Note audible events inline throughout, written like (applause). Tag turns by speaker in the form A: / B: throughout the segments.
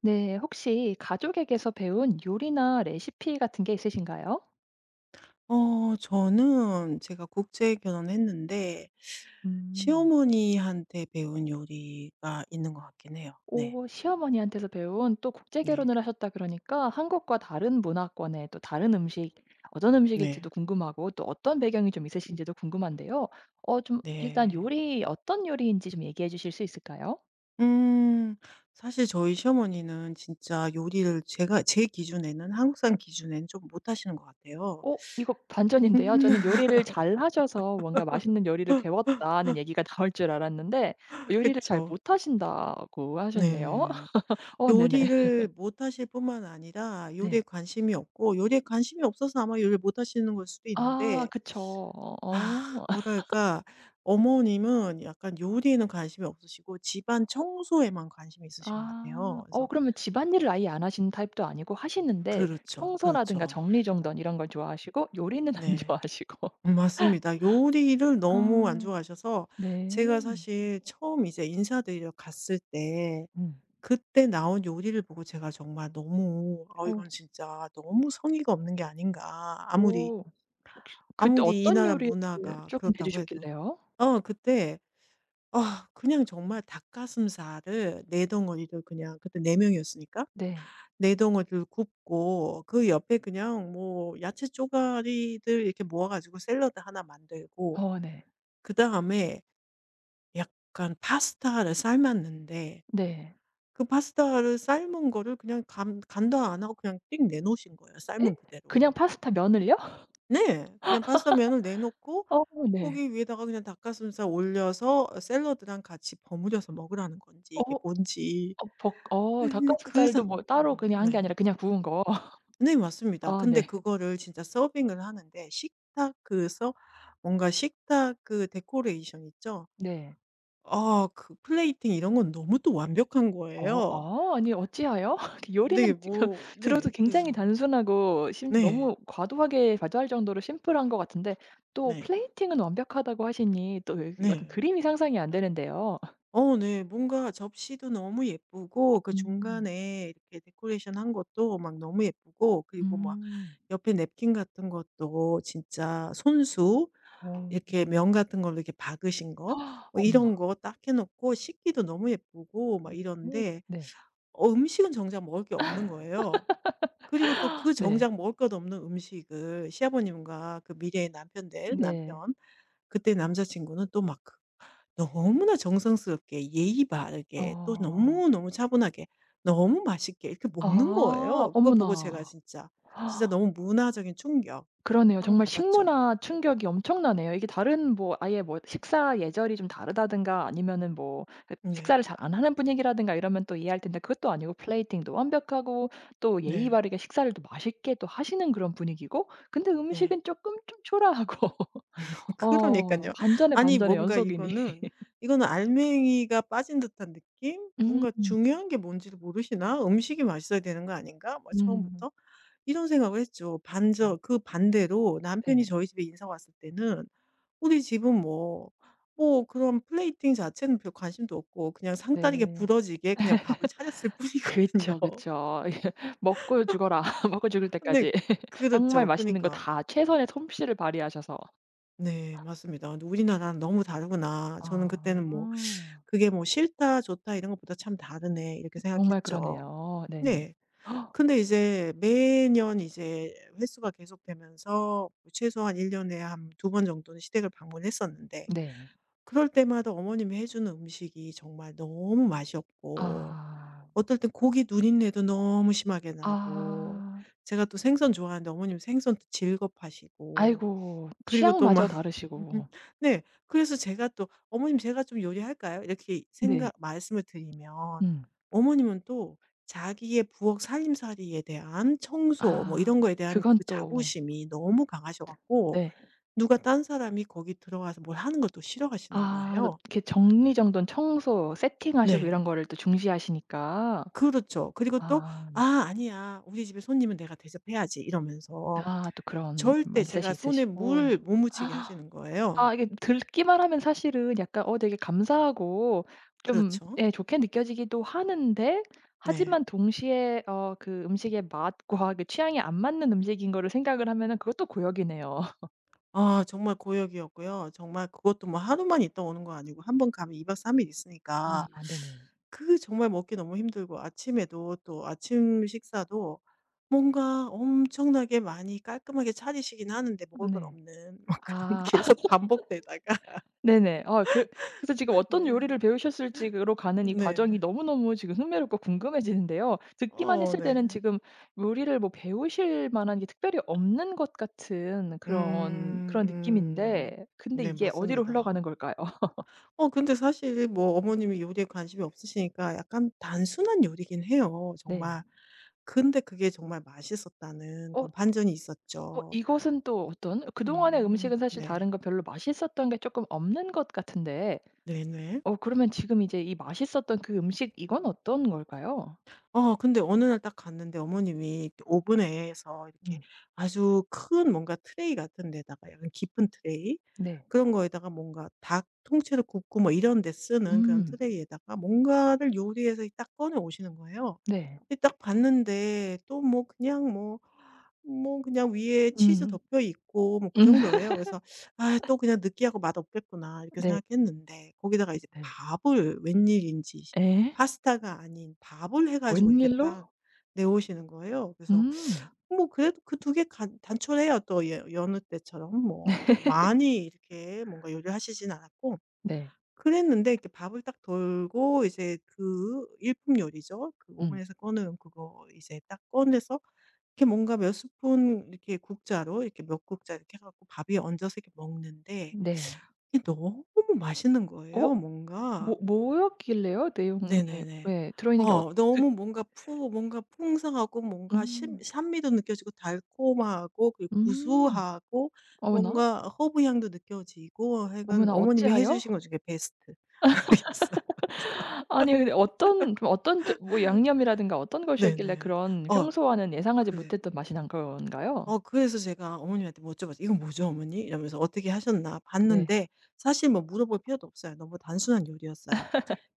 A: 네, 혹시 가족에게서 배운 요리나 레시피 같은 게 있으신가요?
B: 저는 제가 국제 결혼했는데
A: 음.
B: 시어머니한테 배운 요리가 있는 것 같긴 해요. 네.
A: 오, 시어머니한테서 배운, 또 국제
B: 네.
A: 결혼을 하셨다 그러니까 한국과 다른 문화권의 또 다른 음식, 어떤 음식일지도
B: 네.
A: 궁금하고 또 어떤 배경이 좀 있으신지도 궁금한데요. 좀 일단
B: 네.
A: 요리, 어떤 요리인지 좀 얘기해 주실 수 있을까요?
B: 음. 사실 저희 시어머니는 진짜 요리를 제가 제 기준에는 한국 산 기준에는 좀 못하시는 것 같아요.
A: 이거 반전인데요. 저는
B: (laughs)
A: 요리를 잘 하셔서 뭔가 맛있는 요리를 배웠다는 얘기가 나올 줄 알았는데 요리를 잘
B: 그쵸.
A: 못하신다고 하셨네요.
B: 네.
A: (laughs) 어, 네네.
B: 요리를 못하실 뿐만 아니라 요리에
A: 네.
B: 관심이 없고 요리에 관심이 없어서 아마 요리를 못하시는 걸 수도
A: 아
B: 있는데
A: 그쵸. 어
B: 아
A: 어.
B: 뭐랄까, 어머님은 약간 요리에는 관심이 없으시고 집안 청소에만 관심이 있으신 것
A: 아.
B: 같아요.
A: 어
B: 그래서
A: 그러면 집안일을 아예 안 하시는 타입도 아니고 하시는데
B: 그렇죠,
A: 청소라든가
B: 그렇죠.
A: 정리정돈 이런 걸 좋아하시고 요리는 안 (laughs)
B: 네.
A: 좋아하시고.
B: 맞습니다. 요리를 너무 안
A: 아.
B: 좋아하셔서
A: 네.
B: 제가 사실 처음 이제 인사드리러 갔을 때
A: 음.
B: 그때 나온 요리를 보고 제가 정말 너무 '아
A: 어.
B: 이건 진짜 너무 성의가 없는 게 아닌가.' 아무리
A: 오. 혹시 그때
B: 아무리 이
A: 어떤
B: 나라
A: 요리를
B: 문화가
A: 쪼끔 해
B: 그렇다고 해도.
A: 주셨길래요?
B: 그때 그냥 정말 닭가슴살을 네 덩어리를 그냥, 그때 네 명이었으니까
A: 네.
B: 네 덩어리를 굽고, 그 옆에 그냥 뭐 야채 쪼가리들 이렇게 모아 가지고 샐러드 하나 만들고
A: 어 네.
B: 그다음에 약간 파스타를 삶았는데
A: 네.
B: 그 파스타를 삶은 거를 그냥 간 간도 안 하고 그냥 띡 내놓으신 거예요,
A: 예?
B: 삶은
A: 그냥
B: 그대로.
A: 파스타 면을요?
B: 네. 그냥 파스타면을 내놓고
A: 어 네.
B: 거기 위에다가 그냥 닭가슴살 올려서 샐러드랑 같이 버무려서 먹으라는 건지
A: 어
B: 이게 뭔지.
A: 어 벅 어
B: 그
A: 닭가슴살도
B: 상
A: 뭐 따로
B: 뭐
A: 그냥 한게
B: 네.
A: 아니라 그냥 구운 거.
B: 네 맞습니다.
A: 아
B: 근데
A: 네.
B: 그거를 진짜 서빙을 하는데 식탁 그서 뭔가 식탁 그 데코레이션 있죠?
A: 네.
B: 아 그 플레이팅 이런 건 너무 또 완벽한
A: 어
B: 거예요.
A: 아 아니, 어찌하여?
B: 음,
A: (laughs)
B: 네
A: 요리는 지금
B: 뭐
A: (laughs) 들어도
B: 네
A: 굉장히
B: 그래서
A: 단순하고, 심지
B: 네.
A: 너무 과도하게, 과도할 정도로 심플한 것 같은데 또
B: 네.
A: 플레이팅은 완벽하다고 하시니, 또 약간
B: 네.
A: 그림이 상상이 안 되는데요.
B: 네. 뭔가 접시도 너무 예쁘고 그
A: 음.
B: 중간에 이렇게 데코레이션한 것도 막 너무 예쁘고, 그리고 막
A: 음.
B: 옆에 냅킨 같은 것도 진짜 손수
A: 어.
B: 이렇게 면 같은 걸로 이렇게 박으신 거
A: (gasps)
B: 뭐
A: 어머나.
B: 이런 거 딱 해 놓고, 식기도 너무 예쁘고 막
A: 오.
B: 이런데
A: 네.
B: 음식은 정작 먹을 게 없는 거예요. 그리고 또 그
A: 네.
B: 정작 먹을 것 없는 음식을 시아버님과 그 미래의 남편 될
A: 네.
B: 남편, 그때 남자친구는 또막 너무나 정성스럽게 예의 바르게 또
A: 어.
B: 너무너무 차분하게 너무 맛있게 이렇게 먹는
A: 아
B: 거예요. 그거 보고 제가
A: 어머나.
B: 진짜, 진짜 너무 문화적인 충격
A: 그러네요.
B: 빵
A: 정말
B: 받았죠.
A: 식문화 충격이 엄청나네요. 이게 다른, 뭐 아예 뭐 식사 예절이 좀 다르다든가 아니면은 뭐 그
B: 네.
A: 식사를 잘 안 하는 분위기라든가 이러면 또 이해할 텐데 그것도 아니고, 플레이팅도 완벽하고 또 예의
B: 네.
A: 바르게 식사를 또 맛있게 또 하시는 그런 분위기고. 근데
B: 네.
A: 음식은 조금 좀 초라하고. (laughs)
B: (laughs) 그러니까
A: 어
B: 요
A: 반전의
B: 아니
A: 반전의
B: 뭔가
A: 연속이니.
B: 이거는, 이거는 알맹이가 빠진 듯한 느낌?
A: 음.
B: 뭔가 '중요한 게 뭔지를 모르시나? 음식이 맛있어야 되는 거 아닌가?' 막
A: 음.
B: 처음부터 이런 생각을 했죠.
A: 네.
B: 반저 그 반대로 남편이
A: 네네.
B: 저희 집에 인사 왔을 때는 우리 집은 뭐 뭐 그런 플레이팅 자체는 별 관심도 없고 그냥 상다리게
A: 네.
B: 부러지게 그냥 밥을 차렸을 뿐이거든요.
A: 그쵸,
B: (laughs)
A: 그쵸. (laughs) 먹고 죽어라. (laughs) 먹고 죽을 때까지
B: 근데
A: (laughs) 정말
B: 그렇죠.
A: 맛있는 거
B: 그니까 러
A: 다 최선의 솜씨를 발휘하셔서.
B: 네 맞습니다. 근데 '우리나라랑 너무 다르구나.' 저는
A: 아.
B: 그때는 뭐 그게 뭐 '싫다, 좋다 이런 것보다 참 다르네.' 이렇게
A: 정말
B: 생각했죠.
A: 그러네요. 네네.
B: 네. 근데 이제 매년 이제 횟수가 계속되면서 최소한 1 년에 한 두 번 정도는 시댁을 방문했었는데
A: 네.
B: 그럴 때마다 어머님이 해 주는 음식이 정말 너무 맛이 없고
A: 아.
B: 어떨 땐 고기 누린내도 너무 심하게 나고,
A: 아.
B: 제가 또 생선 좋아하는데 어머님 생선도 질겁하시고
A: 아이고.
B: 그리고 또 막
A: 취향마저 다르시고.
B: (laughs) 네. 그래서 제가 또 "어머님 제가 좀 요리할까요?" 이렇게
A: 네.
B: 생각 말씀을 드리면
A: 음.
B: 어머님은 또 자기의 부엌 살림살이에 대한 청소 뭐
A: 아.
B: 이런 거에 대한
A: 그건
B: 그
A: 또.
B: 자부심이 너무 강하셔 갖고
A: 네.
B: 누가 딴 사람이 거기 들어와서 뭘 하는 걸 또 싫어하시는
A: 아
B: 거예요.
A: 이렇게 정리정돈, 청소, 세팅하시고 이런
B: 네.
A: 거를 또 중시하시니까.
B: 그렇죠. 그리고 또
A: 아 네.
B: '아 아니야. 우리 집에 손님은 내가 대접해야지.' 이러면서
A: 아 또 그런
B: 절대
A: 마인드셋이
B: 제가 손에
A: 있으시고.
B: 물 못 묻히게 하시는 거예요.
A: 아 이게 듣기만 하면 사실은 약간 어 되게 감사하고 좀
B: 그렇죠.
A: 예 좋게 느껴지기도 하는데,
B: 네.
A: 하지만 동시에 어 그 음식의 맛과 그 취향에 안 맞는 음식인 거를 생각을 하면은 그것도 고역이네요.
B: 아 정말 고역이었고요. 정말 그것도 뭐 하루만 있다 오는 거 아니고 한 번 가면 2박 3일 있으니까
A: 아 네네.
B: 그 정말 먹기 너무 힘들고 아침에도 또 아침 식사도 뭔가 엄청나게 많이 깔끔하게 차리시긴 하는데
A: 어
B: 먹을 건
A: 네.
B: 없는 (laughs) 막 그런
A: 아.
B: 계속 반복되다가
A: 네네. 그래서 지금
B: (laughs) 네.
A: 어떤 요리를 배우셨을지 로 가는 이 과정이
B: 네.
A: 너무너무 지금 흥미롭고 궁금해지는데요. 듣기만 했을
B: 네.
A: 때는 지금 요리를 뭐 배우실 만한 게 특별히 없는 것 같은 그런
B: 음
A: 그런
B: 음.
A: 느낌인데, 근데
B: 네
A: 이게 어디로 흘러가는
B: 맞습니다.
A: 걸까요? (laughs)
B: 근데 사실 뭐 어머님이 요리에 관심이 없으시니까 약간 단순한 요리긴 해요 정말.
A: 네.
B: 근데 그게 정말 맛있었다는
A: 어
B: 그런 반전이
A: 어
B: 있었죠.
A: 이것은 또 어떤, 그동안의 음식은 사실
B: 네.
A: 다른 거 별로 맛있었던 게 조금 없는 것 같은데,
B: 네네.
A: 어 그러면 지금 이제 이 맛있었던 그 음식, 이건 어떤 걸까요?
B: 근데 어느 날 딱 갔는데 어머님이 이렇게 오븐에서 이렇게
A: 음.
B: 아주 큰 뭔가 트레이 같은 데다가 약간 깊은 트레이
A: 네.
B: 그런 거에다가 뭔가 닭 통째로 굽고 뭐 이런 데 쓰는 그런
A: 음.
B: 트레이에다가 뭔가를 요리해서 딱 꺼내 오시는 거예요.
A: 네.
B: 근데 딱 봤는데 또 뭐 그냥 뭐 그냥 위에 치즈
A: 음.
B: 덮여 있고 뭐 그
A: (laughs)
B: 정도예요. 그래서 '아 또 그냥 느끼하고 맛없겠구나.' 이렇게
A: 네
B: 생각했는데 거기다가 이제
A: 네.
B: 밥을 웬일인지
A: 예?
B: 파스타가 아닌 밥을 해 가지고 이렇게
A: 웬일로?
B: 딱 내오시는 거예요. 그래서
A: 음.
B: 뭐 그래도 그 두 개 단촐해요. 또 여 여느 때처럼 뭐 많이 이렇게 뭔가 요리를 하시진 않았고
A: 네.
B: 그랬는데 이렇게 밥을 딱 돌고 이제 그 일품 요리죠. 그
A: 음.
B: 오븐에서 꺼내은 그거 이제 딱 꺼내서 이렇게 뭔가 몇 스푼 이렇게 국자로 이렇게 몇 국자 이렇게 해 갖고 밥 위에 얹어서 이렇게 먹는데
A: 네.
B: 이게 너무 맛있는 거예요
A: 어?
B: 뭔가.
A: 뭐였길래요? 내용이.
B: 네네네.
A: 왜 들어있는 게 어떻
B: 너무 뭔가 푸 뭔가 풍성하고 뭔가 신
A: 음.
B: 산미도 느껴지고 달콤하고 그리고
A: 음.
B: 구수하고
A: 어머나.
B: 뭔가 허브 향도 느껴지고, 하여간
A: 어머나,
B: 어머님이 해
A: 어찌하여?
B: 주신 것 중에 베스트 였어요. (laughs) 그래서
A: 아니 근데 어떤 좀 어떤, 저 뭐 양념이라든가 어떤 것이었길래
B: 네네.
A: 그런
B: 어
A: 평소와는 예상하지
B: 그래
A: 못했던 맛이 난 건가요?
B: 그래서 제가 어머님한테 뭐 여쭤봤어요. "이거 뭐죠 어머니?" 이러면서 "어떻게 하셨나?"
A: 네.
B: 봤는데 사실 뭐 물어볼 필요도 없어요. 너무 단순한 요리였어요.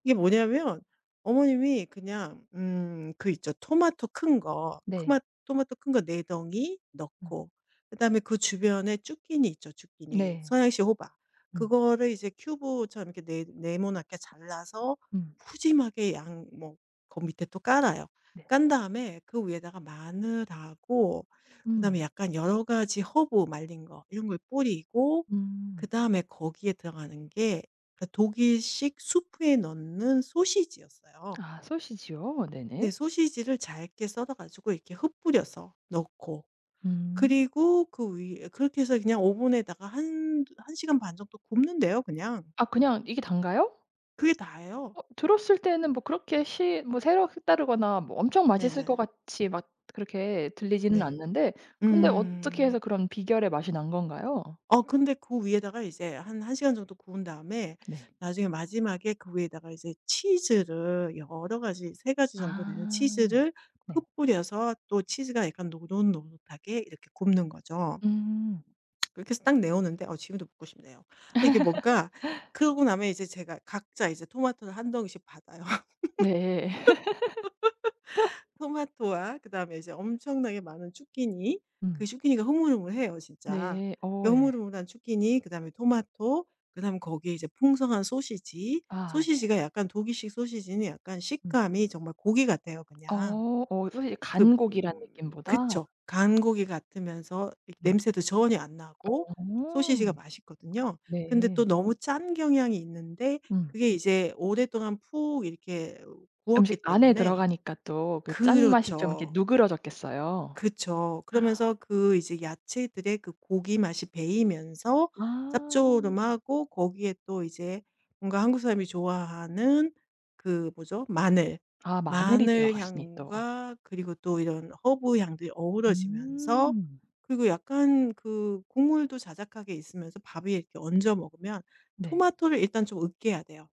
B: 이게 뭐냐면 어머님이 그냥 그 있죠.
A: 네.
B: 토마토 큰 거 네 덩이
A: 음.
B: 넣고 그다음에 그 주변에 쭈끼니 있죠, 쭈끼니
A: 네.
B: 서양식 호박.
A: 음.
B: 그거를 이제 큐브처럼 이렇게 네모나게 잘라서
A: 음.
B: 푸짐하게 양 뭐 그 밑에 또 깔아요.
A: 네.
B: 깐 다음에 그 위에다가 마늘하고 그다음에
A: 음.
B: 약간 여러 가지 허브 말린 거 이런 걸 뿌리고
A: 음.
B: 그다음에 거기에 들어가는 게 그러니까 독일식 수프에 넣는 소시지였어요.
A: 아 소시지요?
B: 근데
A: 네네.
B: 소시지를 잘게 썰어 가지고 이렇게 흩뿌려서 넣고
A: 음.
B: 그리고 그 위에 그렇게 해서 그냥 오븐에다가 한 시간 반 정도 굽는데요 그냥.
A: 아 그냥 이게 단가요?
B: 그게 다예요.
A: 어 들었을 때는 뭐 그렇게 시 뭐 새록다르거나 뭐 엄청 맛있을 것
B: 네네.
A: 같이 막 그렇게 들리지는
B: 네.
A: 않는데, 근데 어떻게
B: 음.
A: 해서 그런 비결의 맛이 난 건가요?
B: 근데 그 위에다가 이제 한 1 시간 정도 구운 다음에
A: 네.
B: 나중에 마지막에 그 위에다가 이제 치즈를 여러 가지 3 가지 정도 되는
A: 아
B: 치즈를
A: 네.
B: 흩뿌려서 또 치즈가 약간 노릇노릇하게 이렇게 굽는 거죠.
A: 음.
B: 그렇게 해서 딱 내오는데 지금도 먹고 싶네요. 이게 뭔가 그러고 나면 이제 제가 각자 이제 토마토를 한 덩이씩 받아요.
A: 네.
B: 토마토와 그다음에 이제 엄청나게 많은 zucchini 그
A: 음.
B: zucchini가 흐물흐물해요
A: (laughs)
B: 진짜.
A: 네. 어
B: 그
A: 예.
B: 흐물흐물한 zucchini 그다음에 토마토 그다음에 거기에 이제 풍성한 소시지.
A: 아 네.
B: 소시지가 약간, 독일식 소시지는 약간
A: 음.
B: 식감이 정말 고기 같아요 그냥.
A: 어. 어 사실 간 고기라는 느낌보다.
B: 그쵸. 간 고기 같으면서 이
A: 음.
B: 냄새도 전혀 안 나고
A: 어.
B: 소시지가 맛있거든요. 근데
A: 네.
B: 또 너무 짠 경향이 있는데
A: 음.
B: 그게 이제 오랫동안 푹 이렇게 구웠기
A: 음식 안에
B: 때문에
A: 들어가니까 또 그 짠맛이 좀 이렇게
B: 그렇죠.
A: 누그러졌겠어요.
B: 그쵸. 그러면서 그 이제 야채들의 그 고기 맛이 배이면서
A: 아.
B: 짭조름하고 거기에 또 이제 뭔가 한국 사람이 좋아하는 그 뭐죠? 마늘.
A: 아 마늘이
B: 마늘
A: 들어갔으니 또.
B: 향과 그리고 또 이런 허브 향들이 어우러지면서
A: 음.
B: 그리고 약간 그 국물도 자작하게 있으면서 밥 위에 이렇게 얹어 먹으면,
A: 네.
B: 토마토를 일단 좀 으깨야 돼요.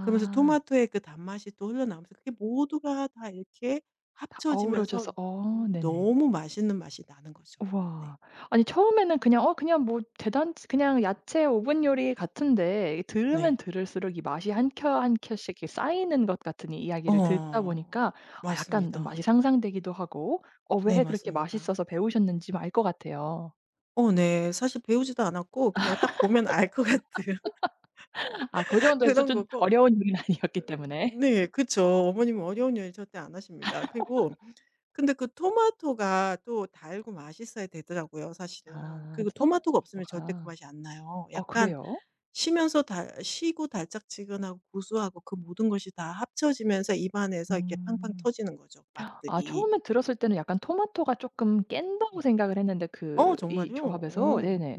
B: 그러면서 토마토의 그 단맛이 또 흘러나오면서 그게 모두가 다 이렇게
A: 다
B: 합쳐지면서
A: 어우러져서 어 네네.
B: 너무 맛있는 맛이 나는 거죠.
A: 우와.
B: 네.
A: 아니 처음에는 그냥 어 그냥 뭐 대단 그냥 야채 오븐 요리 같은데 이
B: 네.
A: 들으면 들을수록 이 맛이 한 켜 한 켜씩 이렇게 쌓이는 것 같은 이 이야기를 듣다
B: 어.
A: 보니까 아 약간 좀 맛이
B: 맞습니다.
A: 상상되기도 하고 어
B: 네
A: 왜 그렇게
B: 맞습니다.
A: 맛있어서 배우셨는지 알 것 같아요.
B: 네. 사실 배우지도 않았고 그냥 딱 보면 알 것 같은
A: 아 그
B: (laughs)
A: 정도의
B: 그런
A: 수준,
B: 거고
A: 어려운 요리는 (laughs) 아니었기 때문에.
B: 네 그쵸. 어머님은 어려운 요리 절대 안 하십니다. 그리고 근데 그 토마토가 또 달고 맛있어야 되더라고요 사실은.
A: 아
B: 그리고 토마토가 없으면 절대 그
A: 토마토가.
B: 맛이 안 나요.
A: 어
B: 약간
A: 그래요?
B: 쉬면서 달 쉬고 달짝지근하고 고소하고 그 모든 것이 다 합쳐지면서 입안에서 이렇게 팡팡
A: 음.
B: 터지는 거죠,
A: 아
B: 맛들이.
A: 처음에 들었을 때는 약간 토마토가 쪼끔 깬다고 생각을 했는데 그
B: 어
A: 이
B: 정말요? 어.
A: 조합에서
B: 음.
A: 네네.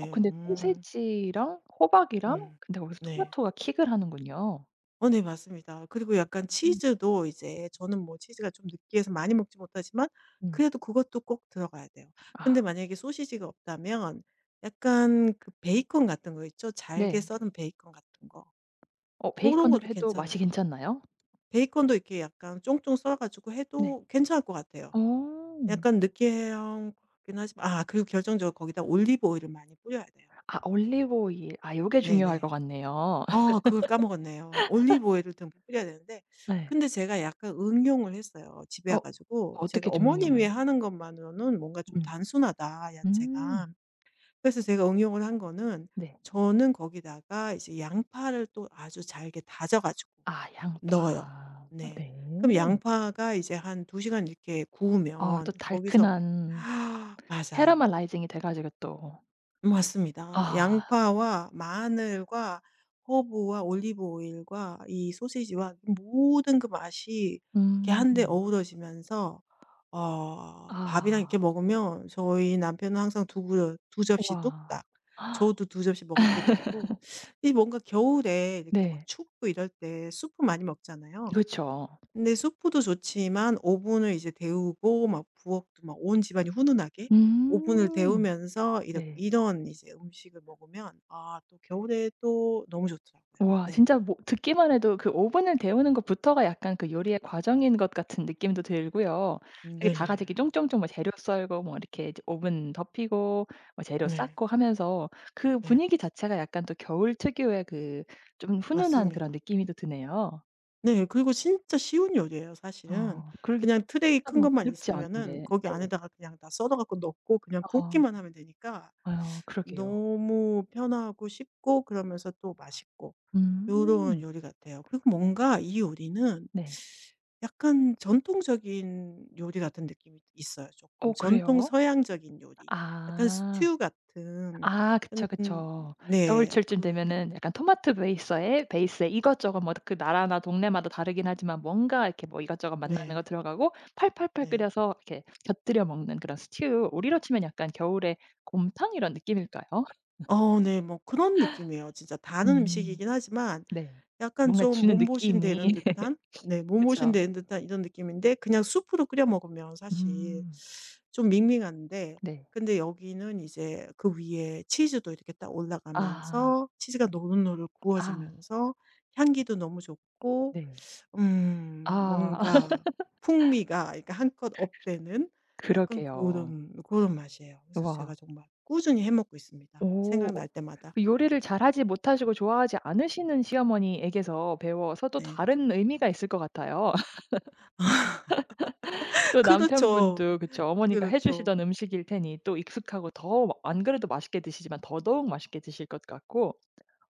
A: 어 근데
B: 음.
A: 소세지랑 호박이랑,
B: 음.
A: 근데 거기서
B: 네.
A: 토마토가 킥을 하는군요.
B: 어네 맞습니다. 그리고 약간
A: 음
B: 치즈도 이제 저는 뭐 치즈가 좀 느끼해서 많이 먹지 못하지만
A: 음.
B: 그래도 그것도 꼭 들어가야 돼요. 근데
A: 아
B: 만약에 소시지가 없다면 약간 그 베이컨 같은 거 있죠? 잘게
A: 네.
B: 썰은 베이컨 같은 거.
A: 어
B: 그런
A: 베이컨으로
B: 것도
A: 해도 맛이
B: 괜찮아요.
A: 괜찮나요?
B: 베이컨도 이렇게 약간 쫑쫑 썰어 가지고
A: 네.
B: 해도 괜찮을 것 같아요.
A: 어.
B: 약간 느끼해요 같긴 하지만 아 그리고 결정적으로 거기다 올리브 오일을 많이 뿌려야 돼요.
A: 아 올리브 오일. 아 요게 중요할 것
B: 네네.
A: 같네요.
B: 그걸 까먹었네요. 올리브 오일을 듬뿍 뿌려야 되는데
A: 예.
B: 근데 제가 약간 응용을 했어요, 집에 와
A: 어
B: 가지고.
A: 어떻게
B: 제가 어머님이
A: 조명형을?
B: 하는 것만으로는 뭔가 좀
A: 음.
B: 단순하다,
A: 음.
B: 야채가. 그래서 제가 응용을 한 거는
A: 네.
B: 저는 거기다가 이제 양파를 또 아주 잘게 다져 가지고
A: 아
B: 넣어요.
A: 양파.
B: 네.
A: 네.
B: 그럼
A: 네.
B: 양파가 이제 한 2 시간 이렇게
A: 아 또
B: 구우면 거기서
A: 달큰한
B: (gasps) 맞아요.
A: 헤라만 라이징이 돼 가지고 또.
B: 맞습니다.
A: 아.
B: 양파와 마늘과 허브와 올리브 오일과 이 소시지와 모든 그 맛이 이렇게 한데
A: 음.
B: 어우러지면서 밥이랑 이렇게
A: 아.
B: 먹으면 저희 남편은 항상 두 그릇 두 접시
A: 우와.
B: 뚝딱, 저도 두 접시 먹을 때도 있고, 이 뭔가 겨울에 이렇게 막
A: 네.
B: 춥고 이럴 때 수프 많이 먹잖아요.
A: 그쵸.
B: 근데 수프도 좋지만 오븐을 이제 데우고 막 부엌도 막 온 집안이 훈훈하게 오븐을
A: 음.
B: 데우면서 이런
A: 네.
B: 이런 이제 음식을 먹으면 아 또 겨울에 또 너무 좋더라고요.
A: 우와
B: 네.
A: 진짜 뭐 듣기만 해도 그 오븐을 데우는 것부터가 약간 그 요리의 과정인 것 같은 느낌도 들고요. 되게
B: 네네.
A: 다 같이 이렇게 쫑쫑쫑 뭐 재료 썰고 뭐 이렇게 이제 오븐 덮이고 뭐 재료
B: 네.
A: 쌓고 하면서 그
B: 네.
A: 분위기 자체가 약간 또 겨울 특유의 그 좀 훈훈한 그런
B: 맞습니다.
A: 느낌이 또 드네요.
B: 네. 그리고 진짜 쉬운 요리예요 사실은.
A: 어 그러게,
B: 그냥 트레이
A: 하다
B: 큰
A: 보면
B: 것만
A: 어렵지
B: 있으면은
A: 않은데.
B: 거기
A: 네.
B: 안에다가 그냥 다 썰어 갖고 넣고 그냥
A: 아.
B: 굽기만 하면 되니까
A: 아유 그러게요.
B: 너무 편하고 쉽고 그러면서 또 맛있고 요런
A: 음.
B: 요리 같아요. 그리고 뭔가 이 요리는
A: 네.
B: 약간 전통적인 요리 같은 느낌이 있어요,
A: 어
B: 조금 전통
A: 그래요?
B: 서양적인 요리. 약간
A: 아.
B: 스튜 같은
A: 아 그쵸,
B: 음
A: 그쵸.
B: 네.
A: 겨울철쯤
B: 그
A: 되면은 약간 토마토 베이스에, 이것저것 뭐 그 나라나 동네마다 다르긴 하지만 뭔가 이렇게 뭐 이것저것 맛나는 거
B: 네.
A: 들어가고 팔팔팔
B: 네.
A: 끓여서 이렇게 곁들여 먹는 그런 스튜, 우리로 치면 약간 겨울에 곰탕 이런 느낌일까요?
B: 네. 뭐 그런 느낌이에요. 진짜 다른
A: 음.
B: 음식이긴 하지만
A: 네.
B: 약간
A: 뭔가
B: 좀
A: 주는 느낌이. (laughs)
B: 몸보신
A: 그쵸.
B: 되는 듯한 이런 느낌인데 그냥 수프로 끓여 먹으면 사실
A: 음.
B: 좀 밍밍한데
A: 네.
B: 근데 여기는 이제 그 위에 치즈도 이렇게 딱
A: 아.
B: 올라가면서 치즈가 노릇노릇
A: 아
B: 구워지면서 향기도 너무 좋고
A: 네. 아.
B: 뭔가 풍미가 그러니까 한껏 업되는 약간 그
A: 그러게요.
B: 런 그런 맛이에요. 그래서
A: 와.
B: 제가 정말 꾸준히 해 먹고 있습니다,
A: 오.
B: 생각날 때마다.
A: 그 요리를 잘하지 못하시고 좋아하지 않으시는 시어머니에게서 배워서 또
B: 네.
A: 다른 의미가 있을 것 같아요. (laughs)
B: (laughs)
A: 또
B: 그렇죠.
A: 남편분도 그쵸. 어머니가 해
B: 그렇죠.
A: 주시던 음식일 테니 또 익숙하고, 더 안 그래도 맛있게 드시지만 더더욱 맛있게 드실 것 같고.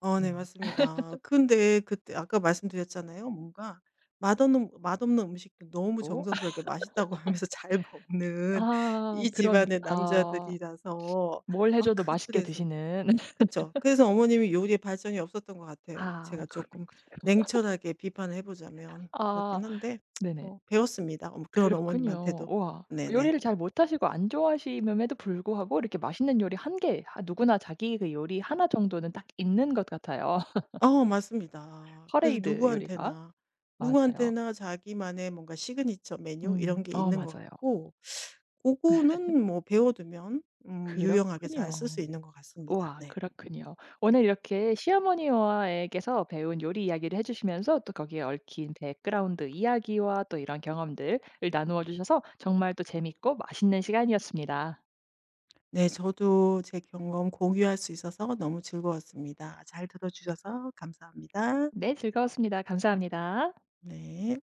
B: 네
A: 음
B: 맞습니다. 근데 그때 아까 말씀드렸잖아요. 뭔가 맛없는 음식도 너무
A: 또 (laughs)
B: 정성스럽게 맛있다고 (laughs) 하면서 잘 먹는
A: 아
B: 이
A: 그런.
B: 집안의
A: 아
B: 남자들이라서
A: 뭘 해
B: 아
A: 줘도 맛있게
B: 그래서
A: 드시는. (laughs)
B: 그쵸. 그래서 어머님이 요리에 발전이 없었던 것 같아요.
A: 아
B: 제가
A: 그렇군요.
B: 조금 냉철하게 비판을 해 보자면
A: 아
B: 그렇긴 한데
A: 네네.
B: 뭐 배웠습니다, 어머 그런
A: 그렇군요.
B: 어머님한테도.
A: 우와.
B: 네네.
A: 요리를 잘 못하시고 안 좋아하시에도 불구하고 이렇게 맛있는 요리 한 개, 아 누구나 자기 그 요리 하나 정도는 딱 있는 것 같아요. (laughs)
B: 어 맞습니다. 그래서
A: 퍼레이드 요리가.
B: 누구한테나,
A: 맞아요.
B: 누구한테나 자기만의 뭔가 시그니처 메뉴
A: 음.
B: 이런 게
A: 어
B: 있는 것
A: 맞아요.
B: 같고 그거는 뭐 배워두면 유용하게 잘
A: 그렇군요.
B: 쓸 수 있는 것 같습니다.
A: 우와
B: 네.
A: 그렇군요. 오늘 이렇게 시어머니와에게서 배운 요리 이야기를 해 주시면서 또 거기에 얽힌 백그라운드 이야기와 또 이런 경험들을 나누어 주셔서 정말 또 재밌고 맛있는 시간이었습니다.
B: 네 저도 제 경험 공유할 수 있어서 너무 즐거웠습니다. 잘 들어 주셔서 감사합니다.
A: 네 즐거웠습니다. 감사합니다.
B: 네.